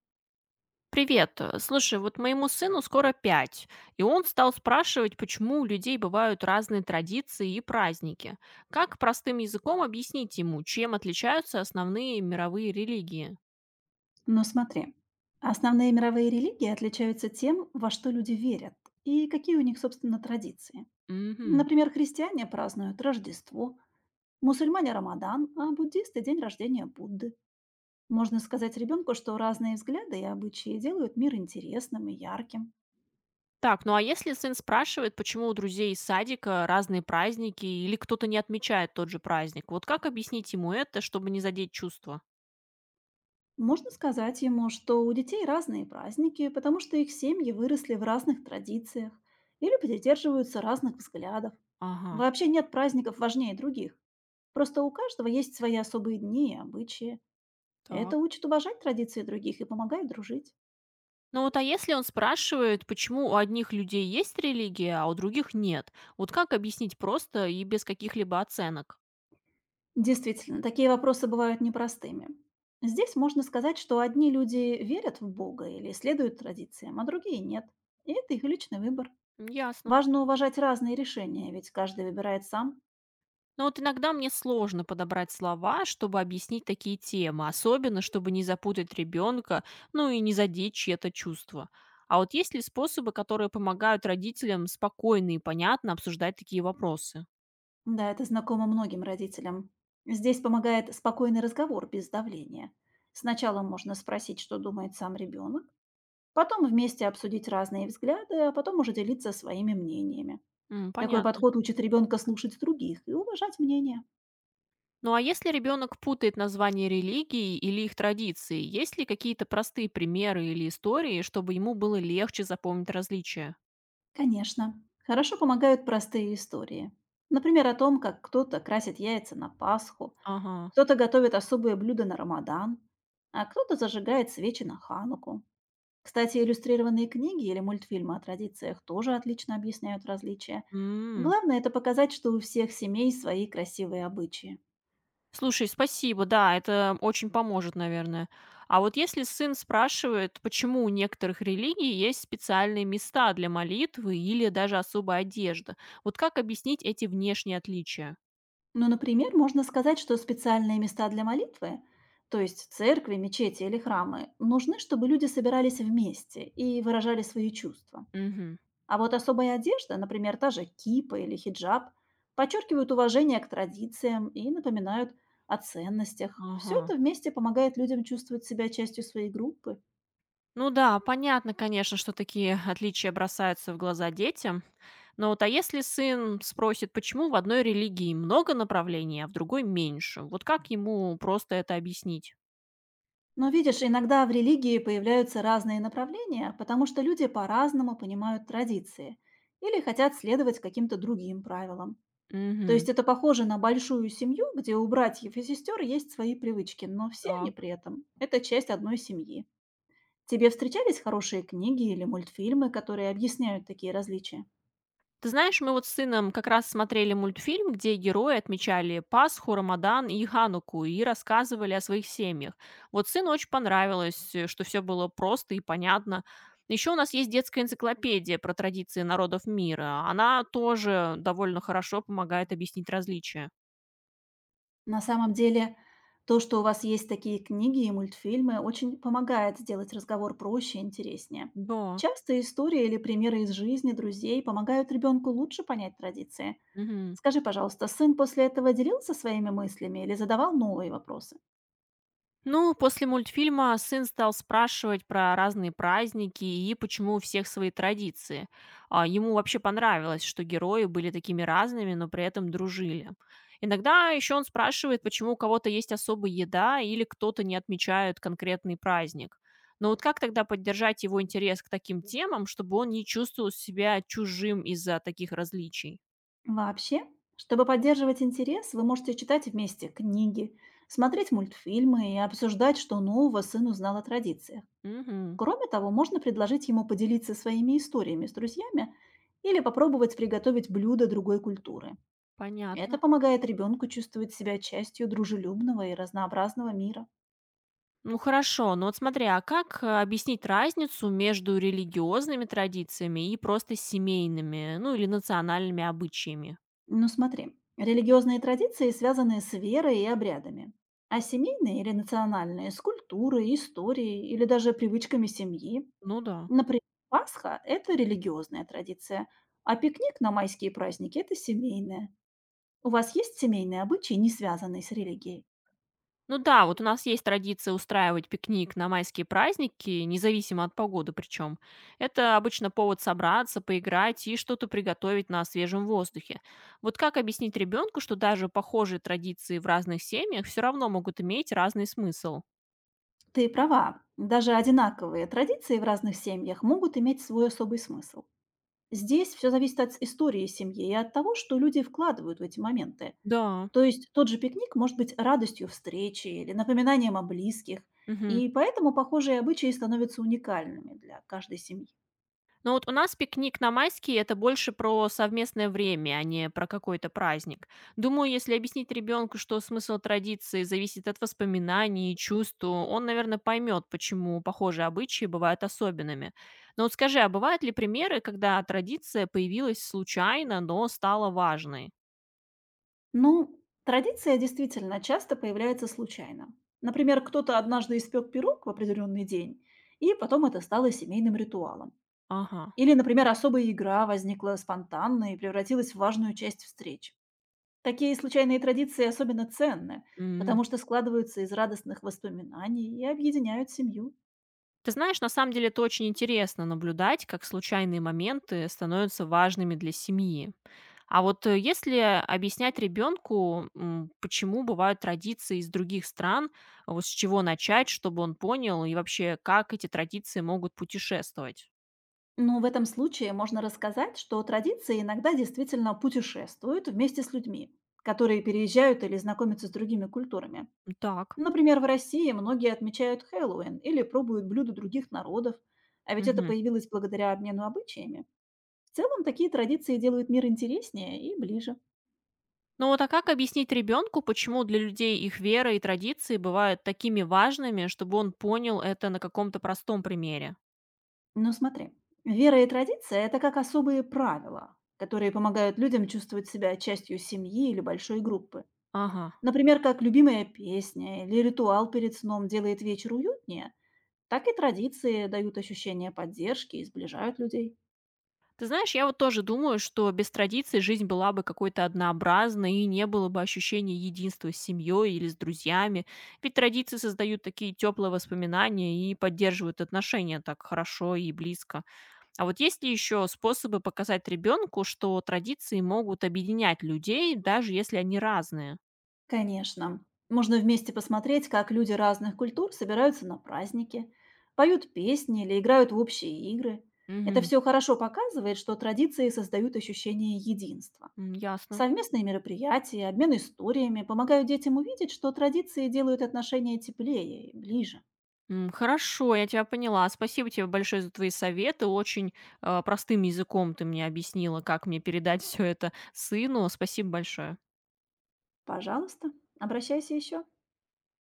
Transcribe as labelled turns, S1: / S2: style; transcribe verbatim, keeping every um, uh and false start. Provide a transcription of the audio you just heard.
S1: Привет. э, Слушай, вот моему сыну скоро пять, и он стал спрашивать, почему у людей бывают разные традиции и праздники. Как простым языком объяснить ему, чем отличаются основные мировые религии?
S2: Но смотри, основные мировые религии отличаются тем, во что люди верят и какие у них, собственно, традиции.
S1: Мгм.
S2: Например, христиане празднуют Рождество, мусульмане– Рамадан, а буддисты– день рождения Будды. Можно сказать ребенку, что разные взгляды и обычаи делают мир интересным и ярким.
S1: Так, ну а если сын спрашивает, почему у друзей из садика разные праздники или кто-то не отмечает тот же праздник, вот как объяснить ему это, чтобы не задеть чувства?
S2: Можно сказать ему, что у детей разные праздники, потому что их семьи выросли в разных традициях или придерживаются разных взглядов.
S1: Ага,
S2: Вообще нет праздников важнее других. Просто у каждого есть свои особые дни и обычаи. Это
S1: так.
S2: учит уважать традиции других и помогает дружить.
S1: Ну вот, а если он спрашивает, почему у одних людей есть религия, а у других нет? Вот как объяснить просто и без каких-либо оценок?
S2: Действительно, такие вопросы бывают непростыми. Здесь можно сказать, что одни люди верят в Бога или следуют традициям, а другие нет. И это их личный выбор.
S1: М, ясно.
S2: Важно уважать разные решения, ведь каждый выбирает сам.
S1: Но вот иногда мне сложно подобрать слова, чтобы объяснить такие темы, особенно чтобы не запутать ребенка, ну и не задеть чье-то чувство. А вот есть ли способы, которые помогают родителям спокойно и понятно обсуждать такие вопросы?
S2: Да, это знакомо многим родителям. Здесь помогает спокойный разговор без давления. Сначала можно спросить, что думает сам ребенок, потом вместе обсудить разные взгляды, а потом уже делиться своими мнениями.
S1: М,
S2: Такой
S1: понятно.
S2: подход учит ребенка слушать других и уважать мнения.
S1: Ну а если ребенок путает названия религии или их традиции, есть ли какие-то простые примеры или истории, чтобы ему было легче запомнить различия?
S2: Конечно, хорошо помогают простые истории. Например, о том, как кто-то красит яйца на Пасху,
S1: Ага.
S2: кто-то готовит особые блюда на Рамадан, а кто-то зажигает свечи на Хануку. Кстати, иллюстрированные книги или мультфильмы о традициях тоже отлично объясняют различия.
S1: М.
S2: Главное– это показать, что у всех семей свои красивые обычаи.
S1: Слушай, спасибо, да, это очень поможет, наверное. А вот если сын спрашивает, почему у некоторых религий есть специальные места для молитвы или даже особая одежда, вот как объяснить эти внешние отличия?
S2: Ну, например, можно сказать, что специальные места для молитвы, то есть церкви, мечети или храмы, нужны, чтобы люди собирались вместе и выражали свои чувства.
S1: Мгм.
S2: А вот особая одежда, например, та же кипа или хиджаб, подчеркивают уважение к традициям и напоминают о ценностях. Все
S1: Ага.
S2: это вместе помогает людям чувствовать себя частью своей группы.
S1: Ну да, понятно, конечно, что такие отличия бросаются в глаза детям. Ну вот, а если сын спросит, почему в одной религии много направлений, а в другой меньше? Вот как ему просто это объяснить?
S2: Но видишь, иногда в религии появляются разные направления, потому что люди по-разному понимают традиции или хотят следовать каким-то другим правилам. То
S1: Мгм.
S2: есть это похоже на большую семью, где у братьев и сестер есть свои привычки, но все они
S1: Так.
S2: при этом– это часть одной семьи. Тебе встречались хорошие книги или мультфильмы, которые объясняют такие различия?
S1: Ты знаешь, мы вот с сыном как раз смотрели мультфильм, где герои отмечали Пасху, Рамадан и Хануку и рассказывали о своих семьях. Вот сыну очень понравилось, э, что все было просто и понятно. Еще у нас есть детская энциклопедия про традиции народов мира. Она тоже довольно хорошо помогает объяснить различия.
S2: На самом деле, то, что у вас есть такие книги и мультфильмы, очень помогает сделать разговор проще и интереснее.
S1: Да.
S2: Часто истории или примеры из жизни друзей помогают ребенку лучше понять традиции.
S1: Мгм.
S2: Скажи, пожалуйста, сын после этого делился своими мыслями или задавал новые вопросы?
S1: Ну, после мультфильма сын стал спрашивать про разные праздники и почему у всех свои традиции. А, ему вообще понравилось, что герои были такими разными, но при этом дружили. Иногда еще он спрашивает, почему у кого-то есть особая еда или кто-то не отмечает конкретный праздник. Но вот как тогда поддержать его интерес к таким темам, чтобы он не чувствовал себя чужим из-за таких различий?
S2: Вообще, чтобы поддерживать интерес, вы можете читать вместе книги, смотреть мультфильмы и обсуждать, что нового сын узнал о традициях.
S1: Угу,
S2: Кроме того, можно предложить ему поделиться своими историями с друзьями или попробовать приготовить блюдо другой культуры. Это
S1: понятно.
S2: помогает ребенку чувствовать себя частью дружелюбного и разнообразного мира.
S1: Ну хорошо, но вот смотри, а как, э, объяснить разницу между религиозными традициями и просто семейными, ну, или национальными обычаями?
S2: Ну смотри, религиозные традиции связаны с верой и обрядами, а семейные или национальные– с культурой, историей или даже привычками семьи.
S1: Ну да.
S2: Например, Пасха– это религиозная традиция, а пикник на майские праздники– это семейная. У вас есть семейные обычаи, не связанные с религией?
S1: Ну да, вот у нас есть традиция устраивать пикник на майские праздники, независимо от погоды причем. Это обычно повод собраться, поиграть и что-то приготовить на свежем воздухе. Вот как объяснить ребенку, что даже похожие традиции в разных семьях все равно могут иметь разный смысл?
S2: Ты права, даже одинаковые традиции в разных семьях могут иметь свой особый смысл. Здесь все зависит от истории семьи и от того, что люди вкладывают в эти моменты.
S1: Да.
S2: То есть тот же пикник может быть радостью встречи или напоминанием о близких,
S1: Мгм.
S2: и поэтому похожие обычаи становятся уникальными для каждой семьи.
S1: Ну вот у нас пикник на майские– это больше про совместное время, а не про какой-то праздник. Думаю, если объяснить ребенку, что смысл традиции зависит от воспоминаний и чувств, то он, наверное, поймет, почему похожие обычаи бывают особенными. Но вот скажи, а бывают ли примеры, когда традиция появилась случайно, но стала важной?
S2: Ну, традиция действительно часто появляется случайно. Например, кто-то однажды испек пирог в определенный день, и потом это стало семейным ритуалом.
S1: Ага.
S2: Или, например, особая игра возникла спонтанно и превратилась в важную часть встреч. Такие случайные традиции особенно ценны,
S1: М.
S2: потому что складываются из радостных воспоминаний и объединяют семью.
S1: Ты знаешь, на самом деле это очень интересно наблюдать, как случайные моменты становятся важными для семьи. А вот э, если объяснять ребенку, м, почему бывают традиции из других стран, а вот с чего начать, чтобы он понял, и вообще, как эти традиции могут путешествовать?
S2: Но в этом случае можно рассказать, что традиции иногда действительно путешествуют вместе с людьми, которые переезжают или знакомятся с другими культурами.
S1: Так.
S2: Например, в России многие отмечают Хэллоуин или пробуют блюда других народов, а ведь это
S1: Мгм.
S2: появилось благодаря обмену обычаями. В целом такие традиции делают мир интереснее и ближе.
S1: Ну вот а как объяснить ребенку, почему для людей их вера и традиции бывают такими важными, чтобы он понял это на каком-то простом примере?
S2: Ну смотри, вера и традиция– это как особые правила, которые помогают людям чувствовать себя частью семьи или большой группы.
S1: Ага.
S2: Например, как любимая песня или ритуал перед сном делает вечер уютнее, так и традиции дают ощущение поддержки и сближают людей.
S1: Ты знаешь, я вот тоже думаю, что без традиций жизнь была бы какой-то однообразной и не было бы ощущения единства с семьей или с друзьями. Ведь традиции создают такие теплые воспоминания и поддерживают отношения так хорошо и близко. А вот есть ли еще способы показать ребенку, что традиции могут объединять людей, даже если они разные?
S2: Конечно, можно вместе посмотреть, как люди разных культур собираются на праздники, поют песни или играют в общие игры. Это
S1: Угу,
S2: все хорошо показывает, что традиции создают ощущение единства.
S1: ясно.
S2: Совместные мероприятия, обмен историями помогают детям увидеть, что традиции делают отношения теплее и ближе.
S1: М, хорошо, я тебя поняла. Спасибо тебе большое за твои советы. Очень э, простым языком ты мне объяснила, как мне передать все это сыну. Спасибо большое.
S2: Пожалуйста, обращайся еще.